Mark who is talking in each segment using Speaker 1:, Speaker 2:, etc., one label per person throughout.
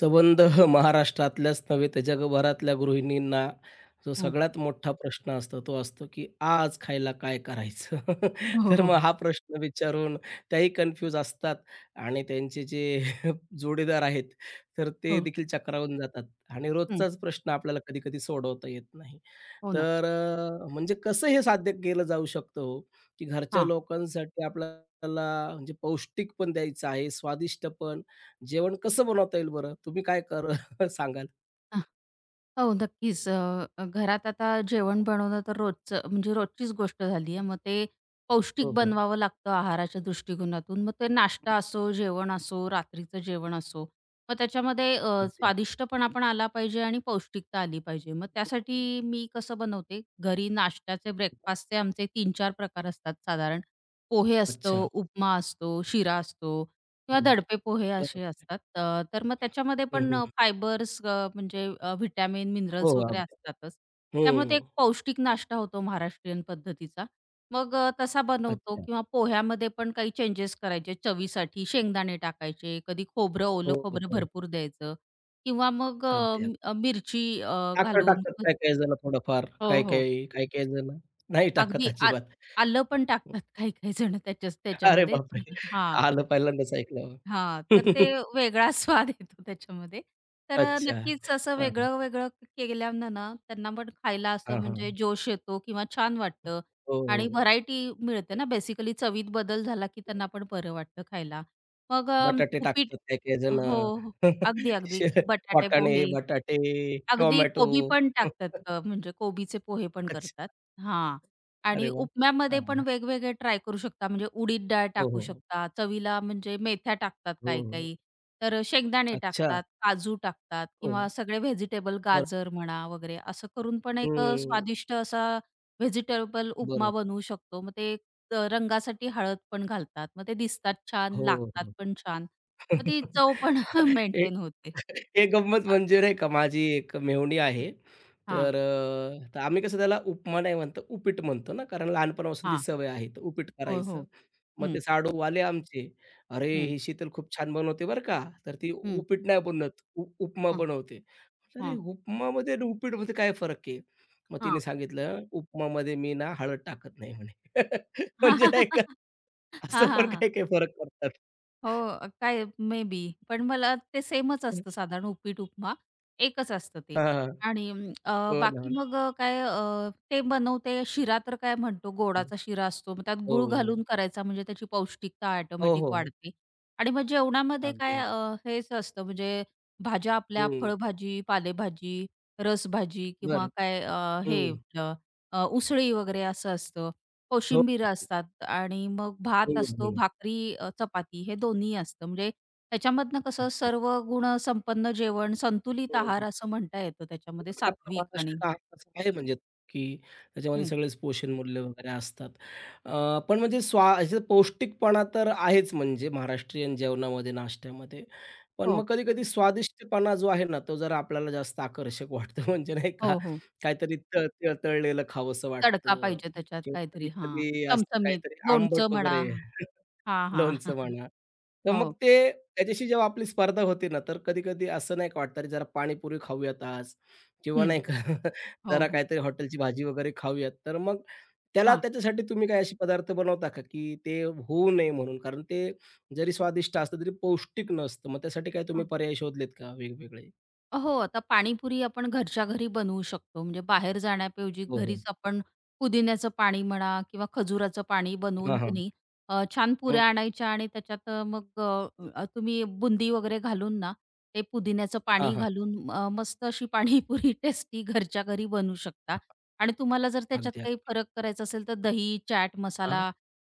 Speaker 1: संबंध महाराष्ट्रातल्याच नव्हे तर जगभरातल्या गृहिणींना जो
Speaker 2: हं.
Speaker 1: सगळ्यात मोठा प्रश्न असतो तो असतो, की आज खायला काय करायचं?
Speaker 2: हो, हो,
Speaker 1: तर मग
Speaker 2: हो.
Speaker 1: हा प्रश्न विचारून त्याही कन्फ्यूज असतात आणि त्यांचे जे जोडीदार आहेत, तर ते
Speaker 2: हो.
Speaker 1: देखील चक्रावून जातात आणि
Speaker 2: हं.
Speaker 1: रोजचाच प्रश्न आपल्याला कधी-कधी सोडवता येत नाही.
Speaker 2: हो ना.
Speaker 1: तर म्हणजे कसं हे साध्य केलं जाऊ शकतं हो, की घरच्या
Speaker 2: हां.
Speaker 1: लोकांसाठी आपल्याला म्हणजे पौष्टिक पण द्यायचं आहे, स्वादिष्ट पण जेवण कसं बनवता येईल बरं? तुम्ही काय कर सांगाल?
Speaker 2: अ, हो नक्कीच. अ, अ, घरात आता जेवण बनवणं तर रोजचं म्हणजे रोजचीच गोष्ट झाली आहे. मग ते
Speaker 1: हो,
Speaker 2: पौष्टिक
Speaker 1: हो.
Speaker 2: बनवावं लागतं आहाराच्या दृष्टिकोनातून. मग ते नाश्ता असो, जेवण असो, रात्रीचं जेवण असो. मग त्याच्यामध्ये
Speaker 1: अगदी,
Speaker 2: स्वादिष्टपणा पण आला पाहिजे आणि पौष्टिकता आली पाहिजे. मग
Speaker 1: अगदी.
Speaker 2: त्यासाठी मी कसं बनवते, घरी नाश्त्याचे ब्रेकफास्टचे आमचे 3-4 प्रकार असतात साधारण. पोहे असतो,
Speaker 1: अच्छा.
Speaker 2: उपमा असतो, शिरा असतो किंवा
Speaker 1: हो.
Speaker 2: दडपे पोहे असे
Speaker 1: बरोबर.
Speaker 2: असतात. तर मग त्याच्यामध्ये
Speaker 1: हं,
Speaker 2: पण
Speaker 1: हं.
Speaker 2: फायबर्स म्हणजे व्हिटॅमिन,
Speaker 1: हो,
Speaker 2: मिनरल्स वगैरे
Speaker 1: अगदी.
Speaker 2: असतातच. त्यामुळे ते एक
Speaker 1: हं.
Speaker 2: पौष्टिक नाश्ता होतो महाराष्ट्रीयन पद्धतीचा. मग तसा बनवतो
Speaker 1: अच्छा.
Speaker 2: किंवा पोह्यामध्ये पण काही चेंजेस करायचे चवीसाठी. शेंगदाणे टाकायचे, कधी खोबरं,
Speaker 1: हो,
Speaker 2: ओलं
Speaker 1: हो,
Speaker 2: खोबरं
Speaker 1: हो.
Speaker 2: भरपूर द्यायचं किंवा मग
Speaker 1: अगदी, अगदी.
Speaker 2: मिरची
Speaker 1: साखर
Speaker 2: घालून
Speaker 1: टाकतात काही-काही जण थोडंफार,
Speaker 2: हो, हो.
Speaker 1: काही-काही, काही-काही जण नाही टाकत
Speaker 2: अगदी आल
Speaker 1: अजिबात.
Speaker 2: आलं पण टाकतात काही-काही जण
Speaker 1: अरे
Speaker 2: त्याच्यामध्ये.
Speaker 1: बापरे!
Speaker 2: हां.
Speaker 1: आलं पहिल्यांदाच ऐकलं.
Speaker 2: हां, तर ते वेगळा स्वाद येतो त्याच्यामध्ये. तर
Speaker 1: अच्छा.
Speaker 2: नक्कीच असं
Speaker 1: हां, हां,
Speaker 2: वेगळं-वेगळं केल्यानं ना, त्यांना पण खायला असं
Speaker 1: हां,
Speaker 2: म्हणजे जोश येतो किंवा छान वाटतं
Speaker 1: हो,
Speaker 2: आणि
Speaker 1: हो.
Speaker 2: व्हरायटी मिळते ना, बेसिकली चवीत बदल झाला की त्यांना पण बरं वाटतं खायला. मग अ,
Speaker 1: बटाटे
Speaker 2: उपीट
Speaker 1: टाकतात काही-काही
Speaker 2: हो,
Speaker 1: जणं.
Speaker 2: हो. अगदी, अगदी.
Speaker 1: शे
Speaker 2: बटाटे
Speaker 1: वाटाणे,
Speaker 2: पोहे
Speaker 1: बटाटे,
Speaker 2: अगदी
Speaker 1: टोमॅटो.
Speaker 2: कोबी पण टाकतात, म्हणजे कोबीचे पोहे पण करतात.
Speaker 1: अच्छा.
Speaker 2: हां.
Speaker 1: अरे
Speaker 2: आणि
Speaker 1: वाह!
Speaker 2: उपम्यामध्ये
Speaker 1: हां,
Speaker 2: पण
Speaker 1: हां.
Speaker 2: वेगवेगळे ट्राय करू शकता. म्हणजे उडीद डाळ
Speaker 1: हो,
Speaker 2: टाकू
Speaker 1: हो.
Speaker 2: शकता. चवीला म्हणजे मेथ्या टाकतात
Speaker 1: हो, हो.
Speaker 2: काही-काही. तर शेंगदाणे
Speaker 1: अच्छा.
Speaker 2: टाकतात, काजू टाकतात
Speaker 1: हो.
Speaker 2: किंवा सगळे व्हेजिटेबल
Speaker 1: बरं.
Speaker 2: गाजर म्हणा वगैरे असं करून पण एक
Speaker 1: हं.
Speaker 2: स्वादिष्ट असा व्हेजिटेबल उपमा
Speaker 1: बरोबर.
Speaker 2: बनवू शकतो. मग ते रंगासाठी हळद पण घालतात. मग ते दिसतात छान,
Speaker 1: हो,
Speaker 2: लागतात
Speaker 1: हो.
Speaker 2: पण छान. मग ती चव पण
Speaker 1: एक
Speaker 2: मेंटेन होते.
Speaker 1: एक गंमत
Speaker 2: आ
Speaker 1: म्हणजे नाही का माझी एक मेहुणी आहे.
Speaker 2: हां,
Speaker 1: तर आम्ही कसं त्याला उपमा नाही म्हणतो, उपीट म्हणतो ना, कारण लहानपणापासून ती
Speaker 2: हां.
Speaker 1: सवय आहे. तर उपीट
Speaker 2: हो,
Speaker 1: करायचं.
Speaker 2: हो.
Speaker 1: मग
Speaker 2: हं,
Speaker 1: ते साडूवाले आमचे, "अरे,
Speaker 2: हं,
Speaker 1: ही शीतल खूप छान बनवते बरं का. तर ती
Speaker 2: हं.
Speaker 1: उपीट नाही बनवत, उपमा
Speaker 2: हां,
Speaker 1: बनवते." म्हटलं, "अरे,
Speaker 2: हां,
Speaker 1: उपमामध्ये आणि उपीटमध्ये काय फरक आहे?" मग तिने
Speaker 2: हां.
Speaker 1: सांगितलं, "उपमामध्ये मी ना हळद टाकत नाही" म्हणे. म्हणजे नाही का
Speaker 2: हां,
Speaker 1: असं
Speaker 2: हां,
Speaker 1: पण
Speaker 2: हां.
Speaker 1: काही काही फरक पडतात.
Speaker 2: हो, काय मे बी. पण मला ते सेमच असतं साधारण उपीट-उपमा एकच असतं ते.
Speaker 1: हां.
Speaker 2: आणि
Speaker 1: हो ना, हो
Speaker 2: बाकी मग अ, काय अ, ते बनवते. शिरा तर काय म्हणतो
Speaker 1: ना.
Speaker 2: गोडाचा शिरा असतो. मग त्यात
Speaker 1: हो,
Speaker 2: गूळ घालून
Speaker 1: हो.
Speaker 2: करायचा म्हणजे त्याची पौष्टिकता
Speaker 1: हो,
Speaker 2: ऑटोमॅटिक
Speaker 1: हो.
Speaker 2: वाढते. आणि मग जेवणामध्ये
Speaker 1: अगदी, अगदी.
Speaker 2: हेच असतं म्हणजे भाज्या आपल्या
Speaker 1: हं.
Speaker 2: फळभाजी, पालेभाजी, रसभाजी किंवा
Speaker 1: बरं.
Speaker 2: हे
Speaker 1: हं.
Speaker 2: आपलं उसळी वगैरे असं असतं.
Speaker 1: हो.
Speaker 2: कोशिंबीर
Speaker 1: अगदी.
Speaker 2: असतात आणि मग भात
Speaker 1: हं,
Speaker 2: असतो,
Speaker 1: हं.
Speaker 2: भाकरी, चपाती हे दोन्ही असतं. म्हणजे त्याच्यामधनं कसं
Speaker 1: अच्छा.
Speaker 2: सर्व गुण संपन्न जेवण, संतुलित
Speaker 1: हं.
Speaker 2: आहार असं म्हणता येतं त्याच्यामध्ये
Speaker 1: बरोबर आहे. आपला
Speaker 2: सात्विक
Speaker 1: महाराष्ट्र
Speaker 2: आणि
Speaker 1: का असा आहे म्हणजे की त्याच्यामध्ये
Speaker 2: हं.
Speaker 1: सगळेच पोषण मूल्य वगैरे असतात. पण म्हणजे स्वा ह्याच्यात पौष्टिकपणा तर आहेच म्हणजे महाराष्ट्रीयन जेवणामध्ये, नाश्त्यामध्ये. पण
Speaker 2: हो.
Speaker 1: मग कधी-कधी स्वादिष्टपणा जो आहे ना, तो जरा आपल्याला जास्त आकर्षक वाटतो. म्हणजे नाही का,
Speaker 2: हो, हो.
Speaker 1: काहीतरी त त तळलेलं खावंसं
Speaker 2: तडका
Speaker 1: वाटतं
Speaker 2: पाहिजे त्याच्यात
Speaker 1: किंवा
Speaker 2: काहीतरी हां.
Speaker 1: कधी-कधी असं
Speaker 2: चमचमीत,
Speaker 1: काहीतरी आंबट
Speaker 2: लोणचं म्हणा.
Speaker 1: वगैरे.
Speaker 2: हां, हां.
Speaker 1: लोणचं म्हणा. तर
Speaker 2: हो.
Speaker 1: मग ते त्याच्याशी जेव्हा आपली स्पर्धा होते ना, तर कधी-कधी असं नाही का वाटतं, "अरे जरा पाणीपुरी खाऊयात आज" किंवा
Speaker 2: हं.
Speaker 1: नाही का
Speaker 2: हो,
Speaker 1: जरा
Speaker 2: हो.
Speaker 1: काहीतरी हॉटेलची भाजी वगैरे खाऊयात. तर मग
Speaker 2: हां.
Speaker 1: त्याच्यासाठी तुम्ही काही असे पदार्थ बनवता का, की ते होऊ नये म्हणून? कारण ते जरी स्वादिष्ट असलं तरी पौष्टिक नसतं. मग त्यासाठी काही तुम्ही पर्याय शोधलेत का वेगवेगळे?
Speaker 2: हो, आता पाणीपुरी आपण घरच्या घरी बनवू शकतो. म्हणजे बाहेर जाण्याऐवजी
Speaker 1: हो, हो.
Speaker 2: घरीच आपण पुदिन्याचं पाणी म्हणा किंवा खजुराचं पाणी बनवून
Speaker 1: हां,
Speaker 2: की
Speaker 1: हां.
Speaker 2: नाही, छान
Speaker 1: हं.
Speaker 2: पुऱ्या आणायच्या आणि त्याच्यात तुम्ही बुंदी वगैरे घालून ना, ते पुदिन्याचं
Speaker 1: हां,
Speaker 2: पाणी
Speaker 1: हां.
Speaker 2: घालून मस्त अशी पाणीपुरी टेस्टी घरच्या घरी बनवू शकता. आणि तुम्हाला जर त्याच्यात
Speaker 1: अगदी,
Speaker 2: काही
Speaker 1: अगदी.
Speaker 2: फरक करायचा असेल तर दही, चाट
Speaker 1: हां.
Speaker 2: मसाला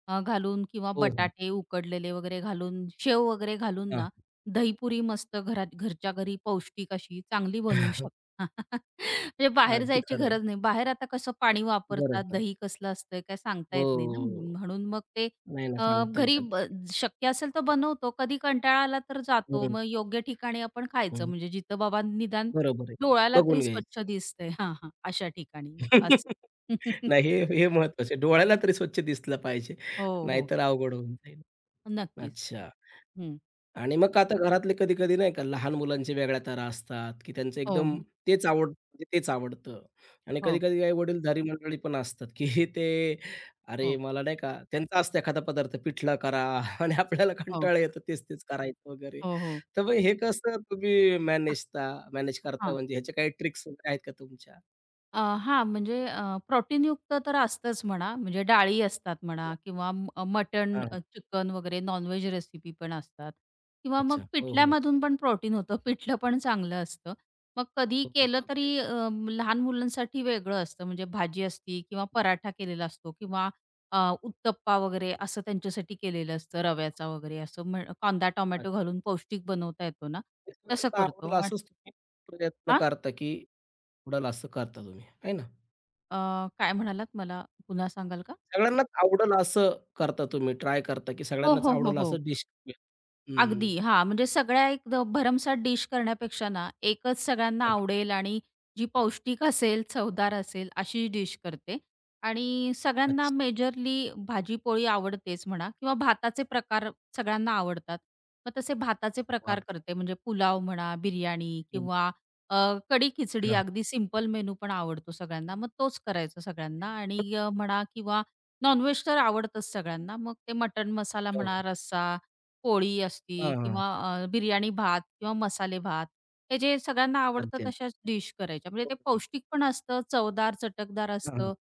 Speaker 2: घालून किंवा
Speaker 1: हो, हो.
Speaker 2: बटाटे उकडलेले वगैरे घालून, शेव वगैरे घालून
Speaker 1: हां.
Speaker 2: ना, दहीपुरी मस्त घरात घरच्या घरी पौष्टिक अशी चांगली बनवू शकता. म्हणजे बाहेर
Speaker 1: अगदी
Speaker 2: जायची
Speaker 1: खरं आहे.
Speaker 2: गरज नाही. बाहेर आता कसं पाणी
Speaker 1: गरज
Speaker 2: वापरतात,
Speaker 1: नाही.
Speaker 2: दही कसलं असतं काय सांगता येत नाही ना.
Speaker 1: हो.
Speaker 2: म्हणून मग ते
Speaker 1: नाही ना,
Speaker 2: अ,
Speaker 1: सांगता येत
Speaker 2: घरी ब
Speaker 1: अगदी.
Speaker 2: शक्य असेल तर बनवतो. कधी कंटाळा आला तर जातो. मग योग्य ठिकाणी आपण खायचं
Speaker 1: हं,
Speaker 2: म्हणजे जिथं बाबा निदान
Speaker 1: बरोबर आहे.
Speaker 2: डोळ्याला
Speaker 1: बघून
Speaker 2: तरी
Speaker 1: घ्यायचं.
Speaker 2: स्वच्छ दिसतंय. हां, हां. अशा ठिकाणी असं.
Speaker 1: नाही हे हे महत्वाचं आहे. डोळ्याला तरी स्वच्छ दिसलं पाहिजे.
Speaker 2: हो, हो.
Speaker 1: नाहीतर अवघड होऊन जाईल.
Speaker 2: नक्कीच.
Speaker 1: अच्छा.
Speaker 2: हं.
Speaker 1: आणि मग आता घरातले कधी-कधी नाही का लहान मुलांचे वेगळ्या तारा असतात, की त्यांचं
Speaker 2: हो,
Speaker 1: एकदम
Speaker 2: हो.
Speaker 1: तेच आवड म्हणजे तेच आवडतं आणि
Speaker 2: हो,
Speaker 1: कधी-कधी काही वडीलधारी मंडळी पण असतात, की ते अरे
Speaker 2: हो.
Speaker 1: मला नाही का त्यांचा असतं एखादा पदार्थ पिठला करा आणि आपल्याला कंटाळा येतो तेच-तेच करायचं वगैरे.
Speaker 2: हो, हो,
Speaker 1: तर मग हे कसं तुम्ही
Speaker 2: हो.
Speaker 1: मॅनेज करता
Speaker 2: हां.
Speaker 1: म्हणजे ह्याच्या काही ट्रिक्स वगैरे आहेत का तुमच्या?
Speaker 2: अ, हां, म्हणजे अ, प्रोटीनयुक्त तर असतंच म्हणा, म्हणजे डाळी असतात म्हणा किंवा मटण,
Speaker 1: हां,
Speaker 2: चिकन वगैरे नॉन-व्हेज रेसिपी पण असतात किंवा मग
Speaker 1: अच्छा. हो, हो.
Speaker 2: पिठल्यामधून पण प्रोटीन होतं. पिठलं पण चांगलं असतं. मग कधी
Speaker 1: हो, हो.
Speaker 2: केलं
Speaker 1: अगदी.
Speaker 2: तरी लहान मुलांसाठी वेगळं असतं, म्हणजे भाजी असती किंवा पराठा केलेला असतो किंवा उत्तप्पा वगैरे असं त्यांच्यासाठी केलेलं असतं,
Speaker 1: हां,
Speaker 2: रव्याचा वगैरे असं म्हण कांदा, टोमॅटो
Speaker 1: अच्छा.
Speaker 2: घालून पौष्टिक बनवता येतो ना, तसं
Speaker 1: सगळ्यांना
Speaker 2: करतो.
Speaker 1: आवडेल
Speaker 2: आणि
Speaker 1: असंच तुम्ही प्रयत्न
Speaker 2: हां,
Speaker 1: करता, की आवडेल असं करता तुम्ही, आहे ना?
Speaker 2: अ, काय म्हणालात? मला पुन्हा सांगाल का?
Speaker 1: सगळ्यांनाच आवडेल असं करता तुम्ही, ट्राय करता, की
Speaker 2: हो,
Speaker 1: सगळ्यांनाच
Speaker 2: हो, हो,
Speaker 1: आवडेल
Speaker 2: हो.
Speaker 1: असं डिश. हं,
Speaker 2: अगदी. हा, म्हणजे सगळ्या भरमसाठ डिश करण्यापेक्षा ना, एकच सगळ्यांना
Speaker 1: हं.
Speaker 2: आवडेल आणि जी पौष्टिक असेल, चवदार असेल अशी डिश करते आणि सगळ्यांना
Speaker 1: अच्छा.
Speaker 2: मेजरली भाजी-पोळी आवडतेच म्हणा किंवा भाताचे प्रकार
Speaker 1: हो,
Speaker 2: सगळ्यांना आवडतात. मग तसे भाताचे
Speaker 1: हो.
Speaker 2: प्रकार
Speaker 1: अगदी.
Speaker 2: करते म्हणजे पुलाव म्हणा, बिर्याणी
Speaker 1: हं,
Speaker 2: किंवा अ, कढी-खिचडी
Speaker 1: हां.
Speaker 2: अगदी सिंपल मेनू पण आवडतो सगळ्यांना. मग तोच करायचा सगळ्यांना आणि म्हणा किंवा नॉन तर आवडतंच सगळ्यांना. मग ते मटण मसाला
Speaker 1: हो, हो.
Speaker 2: म्हणा, रस्सा पोळी असती
Speaker 1: हां, हां.
Speaker 2: किंवा बिर्याणी भात किंवा मसाले भात, हे जे सगळ्यांना आवडतात
Speaker 1: अगदी.
Speaker 2: तशाच डिश करायच्या. म्हणजे
Speaker 1: हं,
Speaker 2: ते
Speaker 1: हं.
Speaker 2: पौष्टिक पण असतं, चवदार, चटकदार
Speaker 1: हां, हां.
Speaker 2: असतं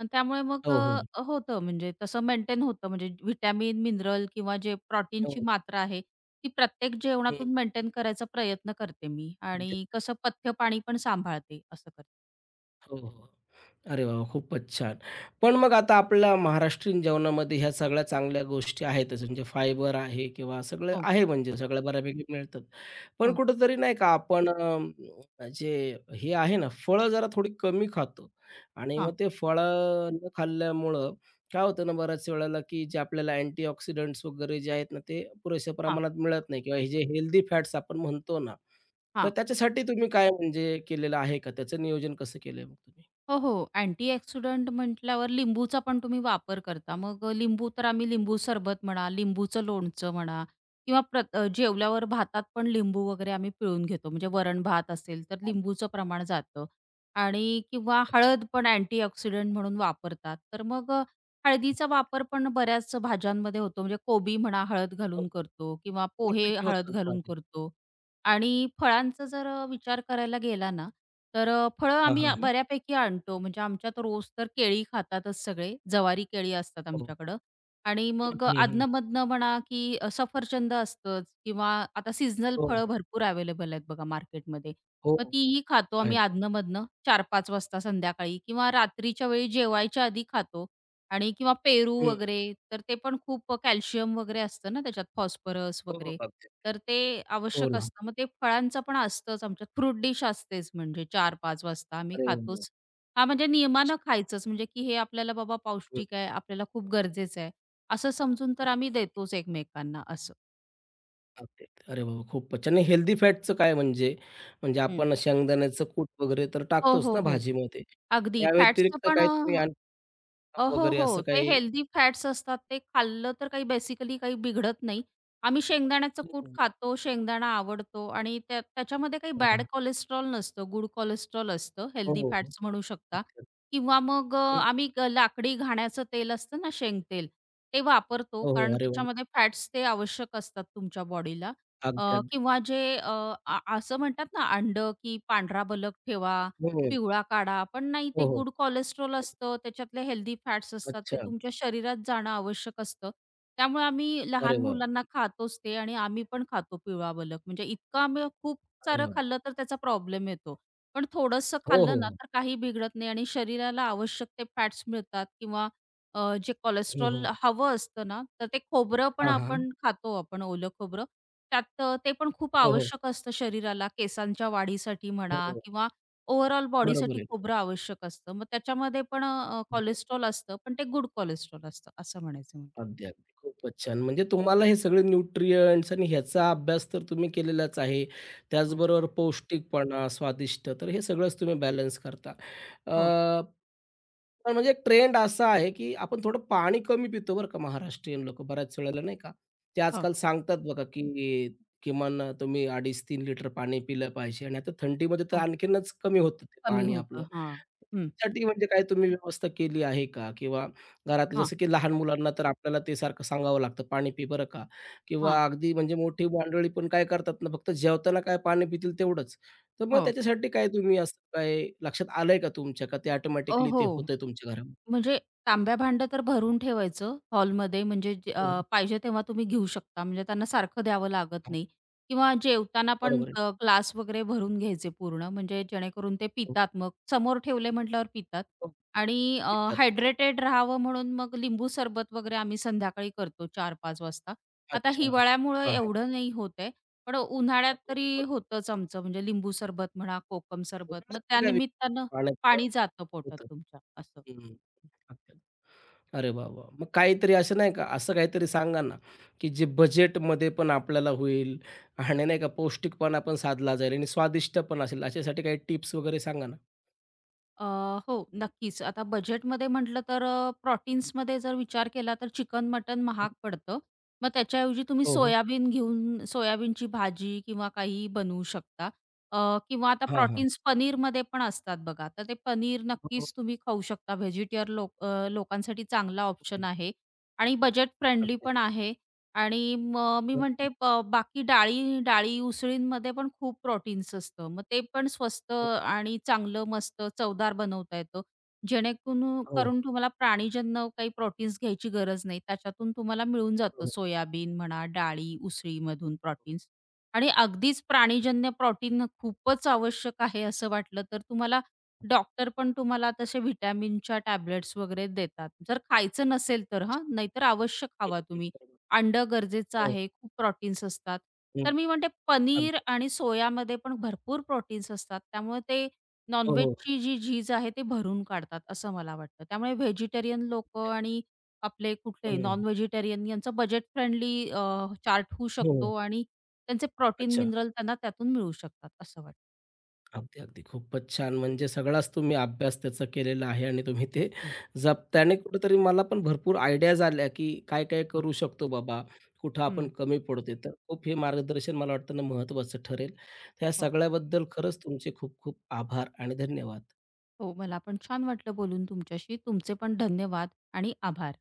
Speaker 2: आणि त्यामुळे मग
Speaker 1: हो, हो.
Speaker 2: होतं म्हणजे तसं मेंटेन होतं. म्हणजे व्हिटॅमिन, मिनरल किंवा जे प्रोटीनची
Speaker 1: हो.
Speaker 2: मात्रा आहे, ती प्रत्येक
Speaker 1: हं.
Speaker 2: जेवणातून मेंटेन करायचा प्रयत्न करते मी
Speaker 1: अगदी.
Speaker 2: आणि कसं पथ्य पाणी पण सांभाळते, असं करते.
Speaker 1: हो, हो. अरे वाह! खूपच छान. पण मग आता आपल्या महाराष्ट्रीयन जेवणामध्ये ह्या सगळ्या चांगल्या गोष्टी आहेतच म्हणजे फायबर आहे किंवा सगळं
Speaker 2: हो,
Speaker 1: आहे म्हणजे सगळं बऱ्यापैकी मिळतात. पण
Speaker 2: हो.
Speaker 1: कुठेतरी नाही का आपण जे हे आहे ना फळं जरा थोडी कमी खातो आणि
Speaker 2: हां,
Speaker 1: मग ते फळं न खाल्ल्यामुळं काय होतं ना बऱ्याच वेळेला, की जे आपल्याला अँटीऑक्सिडंट्स वगैरे जे आहेत ना, ते पुरेशा
Speaker 2: हां,
Speaker 1: प्रमाणात मिळत नाही किंवा हे जे हेल्दी फॅट्स आपण म्हणतो ना, तर
Speaker 2: हां.
Speaker 1: त्याच्यासाठी तुम्ही काय म्हणजे केलेलं आहे का? त्याचं नियोजन कसं केलंय मग तुम्ही?
Speaker 2: हो, हो. अँटी-ऑक्सिडंट म्हटल्यावर लिंबूचा पण तुम्ही वापर करता. मग लिंबू तर आम्ही लिंबू सरबत म्हणा, लिंबूचं लोणचं म्हणा किंवा जेवल्यावर भातात पण लिंबू वगैरे आम्ही पिळून घेतो. म्हणजे वरण-भात असेल तर
Speaker 1: आणि
Speaker 2: लिंबूचं प्रमाण जातं आणि किंवा
Speaker 1: अच्छा.
Speaker 2: हळद पण अँटी-ऑक्सिडंट म्हणून वापरतात. तर मग हळदीचा
Speaker 1: अत्यंत.
Speaker 2: वापर पण बऱ्याच भाज्यांमध्ये होतो. म्हणजे कोबी म्हणा हळद
Speaker 1: हो,
Speaker 2: घालून
Speaker 1: हो.
Speaker 2: करतो किंवा पोहे
Speaker 1: बऱ्यापैकी
Speaker 2: हळद
Speaker 1: होतंच
Speaker 2: घालून
Speaker 1: भारी.
Speaker 2: करतो आणि फळांचा जर विचार करायला गेला ना, तर फळं
Speaker 1: हां,
Speaker 2: आम्ही
Speaker 1: हां.
Speaker 2: आ
Speaker 1: हं.
Speaker 2: बऱ्यापैकी आणतो. म्हणजे आमच्यात रोज तर केळी खातातच सगळे. ज्वारी केळी असतात
Speaker 1: हो.
Speaker 2: आमच्याकडं आणि
Speaker 1: हं,
Speaker 2: मग
Speaker 1: हं, हं.
Speaker 2: अधनं-मधनं म्हणा, की सफरचंद असतंच किंवा आता सीझनल
Speaker 1: हो,
Speaker 2: फळं
Speaker 1: हो.
Speaker 2: भरपूर अवेलेबल आहेत बघा मार्केटमध्ये.
Speaker 1: हो,
Speaker 2: मग
Speaker 1: हो.
Speaker 2: तीही खातो आम्ही
Speaker 1: आहेत, आहेत.
Speaker 2: अधनं-मधनं 4 वाजता संध्याकाळी किंवा रात्रीच्या वेळी जेवायच्या आधी खातो. आणि किंवा पेरू
Speaker 1: हं.
Speaker 2: वगैरे, तर ते पण खूप कॅल्शियम वगैरे असतं ना त्याच्यात, फॉस्फरस
Speaker 1: हो, हो.
Speaker 2: वगैरे,
Speaker 1: अगदी, अगदी.
Speaker 2: तर ते
Speaker 1: हो
Speaker 2: आवश्यक
Speaker 1: ना.
Speaker 2: असतं. मग ते फळांचं पण असतंच आमच्यात. फ्रूट डिश असतेच म्हणजे 4-5 वाजता आम्ही
Speaker 1: अरे वाह! वाह!
Speaker 2: खातोच. हां, म्हणजे नियमानं
Speaker 1: अच्छा.
Speaker 2: खायचंच म्हणजे की हे आपल्याला बाबा
Speaker 1: हं.
Speaker 2: पौष्टिक आहे, आपल्याला खूप गरजेचं आहे, असं समजून तर आम्ही देतोच एकमेकांना असं.
Speaker 1: अगदी, अरे वाह! खूपच छान. आणि हेल्दी फॅटचं काय म्हणजे? म्हणजे
Speaker 2: हं.
Speaker 1: आपण शेंगदाण्याचं कूट वगैरे तर
Speaker 2: हो,
Speaker 1: टाकतोच
Speaker 2: हो,
Speaker 1: ना
Speaker 2: हो.
Speaker 1: भाजीमध्ये.
Speaker 2: अगदी
Speaker 1: या
Speaker 2: फॅट्सचं
Speaker 1: व्यतिरिक्त
Speaker 2: पण अ
Speaker 1: काही तुम्ही अन्न
Speaker 2: अहो, हो,
Speaker 1: वगैरे असं
Speaker 2: हो. ते
Speaker 1: काही?
Speaker 2: हेल्दी फॅट्स असतात ते खाल्लं तर काही बेसिकली काही बिघडत नाही. आम्ही शेंगदाण्याचं
Speaker 1: हं,
Speaker 2: कूट
Speaker 1: हं.
Speaker 2: खातो, शेंगदाणा आवडतो आणि त्याच्यामध्ये काही बॅड
Speaker 1: हां.
Speaker 2: कोलेस्ट्रॉल नसतं, गुड कोलेस्ट्रॉल असतं,
Speaker 1: हो,
Speaker 2: हेल्दी
Speaker 1: हो. हो.
Speaker 2: फॅट्स म्हणू शकता
Speaker 1: अगदी.
Speaker 2: किंवा मग अ,
Speaker 1: हं.
Speaker 2: आम्ही ग लाकडी घाण्याचं तेल असतं ना शेंगतेल, ते वापरतो
Speaker 1: हो, हो.
Speaker 2: कारण
Speaker 1: अरे वाह!
Speaker 2: त्याच्यामध्ये फॅट्स ते आवश्यक असतात तुमच्या बॉडीला. अ,
Speaker 1: अगदी, अगदी.
Speaker 2: किंवा जे अ, आ असं म्हणतात ना अंडं, की पांढरा बलक ठेवा,
Speaker 1: हो, हो.
Speaker 2: पिवळा काढा, पण नाही ते
Speaker 1: हो, हो.
Speaker 2: गुड कोलेस्ट्रॉल असतं, त्याच्यातले हेल्दी फॅट्स असतात, ते
Speaker 1: अच्छा.
Speaker 2: तुमच्या शरीरात जाणं आवश्यक असतं. त्यामुळे आम्ही
Speaker 1: अरे
Speaker 2: लहान
Speaker 1: वाह!
Speaker 2: मुलांना खातोच ते आणि आम्ही पण खातो पिवळा बलक. म्हणजे इतकं आम्ही खूप
Speaker 1: अरे
Speaker 2: सारं
Speaker 1: वाह!
Speaker 2: खाल्लं तर त्याचा प्रॉब्लेम येतो. पण थोडंसं
Speaker 1: हो, हो,
Speaker 2: खाल्लं ना,
Speaker 1: हो.
Speaker 2: तर काही बिघडत नाही आणि शरीराला आवश्यक ते फॅट्स मिळतात किंवा जे
Speaker 1: हं, हं.
Speaker 2: कोलेस्ट्रॉल हवं असतं ना, तर ते खोबरं पण
Speaker 1: हां, हां.
Speaker 2: आपण खातो आपण ओलं खोबरं. त्यात ते पण खूप
Speaker 1: हो, हो.
Speaker 2: आवश्यक असतं शरीराला, केसांच्या वाढीसाठी म्हणा
Speaker 1: हो,
Speaker 2: किंवा ओव्हरऑल बॉडीसाठी
Speaker 1: बरोबर
Speaker 2: खोबरं आवश्यक असतं. मग त्याच्यामध्ये पण
Speaker 1: आहे.
Speaker 2: कोलेस्ट्रॉल असतं, पण ते गुड कोलेस्ट्रॉल असतं असं म्हणायचं मला.
Speaker 1: अगदी, अगदी. खूपच छान. म्हणजे तुम्हाला हे सगळे न्यूट्रियंट्स आणि ह्याचा अभ्यास तर तुम्ही केलेलाच आहे.
Speaker 2: हो,
Speaker 1: त्याचबरोबर पौष्टिकपणा, स्वादिष्ट तर हे सगळंच तुम्ही बॅलन्स करता.
Speaker 2: हो,
Speaker 1: अ, पण म्हणजे एक ट्रेंड असा आहे, की आपण थोडं पाणी कमी पितो बरं का महाराष्ट्रीयन लोकं बऱ्याच वेळेला नाही का. ते
Speaker 2: हो.
Speaker 1: आजकाल सांगतात बघा, की किमान तुम्ही 2.5-3 लिटर पाणी पिलं पाहिजे आणि आता थंडीमध्ये तर
Speaker 2: हो.
Speaker 1: आणखीनच कमी होतं ते
Speaker 2: कमी
Speaker 1: पाणी
Speaker 2: होतं.
Speaker 1: आपलं.
Speaker 2: हां. हं.
Speaker 1: त्यासाठी म्हणजे काय तुम्ही व्यवस्था केली आहे का? किंवा घरातलं
Speaker 2: हां,
Speaker 1: जसं की लहान मुलांना तर आपल्याला ते सारखं सांगावं लागतं, "पाणी पी बरं का?"
Speaker 2: हां.
Speaker 1: किंवा अगदी म्हणजे मोठी मंडळी पण काय करतात ना, फक्त जेवताना काय पाणी पितील तेवढंच. तर मग
Speaker 2: हो.
Speaker 1: त्याच्यासाठी काय तुम्ही असं काय लक्षात आलंय का तुमच्या? का ते ऑटोमॅटिकली
Speaker 2: हो.
Speaker 1: ते होतंय तुमच्या घरामध्ये?
Speaker 2: म्हणजे तांब्या भांडं तर भरून ठेवायचं हॉलमध्ये म्हणजे जे
Speaker 1: हं, हं.
Speaker 2: पाहिजे तेव्हा तुम्ही घेऊ शकता. म्हणजे त्यांना सारखं द्यावं लागत नाही किंवा जेवताना पण
Speaker 1: बरोबर आहे.
Speaker 2: ग्लास वगैरे भरून घ्यायचे पूर्ण म्हणजे जेणेकरून ते
Speaker 1: हो,
Speaker 2: पितात मग. समोर ठेवले म्हटल्यावर पितात
Speaker 1: हो.
Speaker 2: आणि
Speaker 1: पितात, पितात.
Speaker 2: हायड्रेटेड राहावं म्हणून मग लिंबू सरबत वगैरे आम्ही संध्याकाळी करतो 4-5 वाजता. आता
Speaker 1: अच्छा.
Speaker 2: हिवाळ्यामुळं
Speaker 1: हां, हां.
Speaker 2: एवढं नाही होत आहे, पण उन्हाळ्यात तरी होतंच आमचं म्हणजे लिंबू सरबत म्हणा, कोकम सरबत.
Speaker 1: उन्हाळ्यात
Speaker 2: मग
Speaker 1: तर काय
Speaker 2: त्यानिमित्तानं
Speaker 1: विशेष पाण्याचं
Speaker 2: पाणी जातं पोटात
Speaker 1: होतं.
Speaker 2: तुमच्या असं.
Speaker 1: हं, अरे वाह! वाह! मग काहीतरी असं नाही का, असं काहीतरी सांगा ना, की जे बजेटमध्ये पण आपल्याला होईल आणि नाही का पौष्टिकपणा पण साधला जाईल आणि स्वादिष्ट पण असेल, अशासाठी काही टिप्स वगैरे सांगा ना?
Speaker 2: अ, हो, नक्कीच. आता बजेटमध्ये म्हटलं तर प्रोटीन्समध्ये जर विचार केला तर चिकन, मटण
Speaker 1: हं.
Speaker 2: महाग पडतं. मग त्याच्याऐवजी तुम्ही
Speaker 1: हो, हो.
Speaker 2: सोयाबीन घेऊन सोयाबीनची भाजी किंवा काही बनवू शकता. अ, किंवा आता
Speaker 1: हां, हां.
Speaker 2: प्रोटीन्स पनीरमध्ये पण असतात बघा. तर ते पनीर
Speaker 1: हो, हो.
Speaker 2: नक्कीच तुम्ही खाऊ शकता. व्हेजिटेरियन लोकांसाठी चांगला
Speaker 1: हं.
Speaker 2: ऑप्शन आहे आणि बजेट फ्रेंडली
Speaker 1: अगदी.
Speaker 2: पण आहे. आणि मग मी
Speaker 1: हं,
Speaker 2: म्हणते बाकी डाळी डाळी उसळींमध्ये पण खूप प्रोटीन्स असतं. मग ते पण स्वस्त
Speaker 1: हो, हो.
Speaker 2: आणि चांगलं मस्त चवदार बनवता येतं. जेणेकरून
Speaker 1: हो,
Speaker 2: करून तुम्हाला प्राणीजन्य काही प्रोटीन्स घ्यायची गरज नाही. त्याच्यातून तुम्हाला मिळून जातं
Speaker 1: हो.
Speaker 2: सोयाबीन म्हणा, डाळी, उसळीमधून प्रोटीन्स. आणि अगदीच
Speaker 1: अगदी.
Speaker 2: प्राणीजन्य प्रोटीन खूपच आवश्यक आहे असं वाटलं तर तुम्हाला डॉक्टर पण तुम्हाला तसे व्हिटॅमिनच्या टॅबलेट्स वगैरे देतात. जर खायचं नसेल तर हां, नाहीतर अवश्य
Speaker 1: हं,
Speaker 2: खावा
Speaker 1: हं.
Speaker 2: तुम्ही.
Speaker 1: बरोबर.
Speaker 2: अंड गरजेचं
Speaker 1: हो.
Speaker 2: आहे, खूप प्रोटीन्स असतात. तर
Speaker 1: हं.
Speaker 2: मी म्हणते पनीर
Speaker 1: अगदी.
Speaker 2: आणि सोयामध्ये पण भरपूर प्रोटीन्स असतात. त्यामुळे ते
Speaker 1: हो, हो.
Speaker 2: नॉन-व्हेजची जी झीज आहे ते भरून काढतात असं मला वाटतं. त्यामुळे व्हेजिटेरियन लोकं आणि आपले कुठले
Speaker 1: हं.
Speaker 2: नॉन-व्हेजिटेरियन यांचं बजेट फ्रेंडली चार्ट होऊ
Speaker 1: हो, हो.
Speaker 2: शकतो आणि त्यांचे प्रोटीन,
Speaker 1: अच्छा.
Speaker 2: मिनरल त्यांना त्यातून मिळू शकतात असं वाटतं.
Speaker 1: अगदी, अगदी. खूपच छान. म्हणजे सगळाच तुम्ही अभ्यास त्याचा केलेला आहे आणि तुम्ही ते
Speaker 2: हो,
Speaker 1: जपताना कुठेतरी मला पण भरपूर आयडियाज आल्या, की काय-काय
Speaker 2: हां.
Speaker 1: करू शकतो बाबा, कुठं आपण
Speaker 2: हं.
Speaker 1: कमी पडतोय. तर खूप हे मार्गदर्शन मला वाटतं ना महत्त्वाचं ठरेल. ह्या
Speaker 2: हो.
Speaker 1: सगळ्याबद्दल खरंच तुमचे खूप खूप आभार आणि धन्यवाद.
Speaker 2: हो, मला पण छान वाटलं बोलून तुमच्याशी. तुमचे पण धन्यवाद आणि आभार.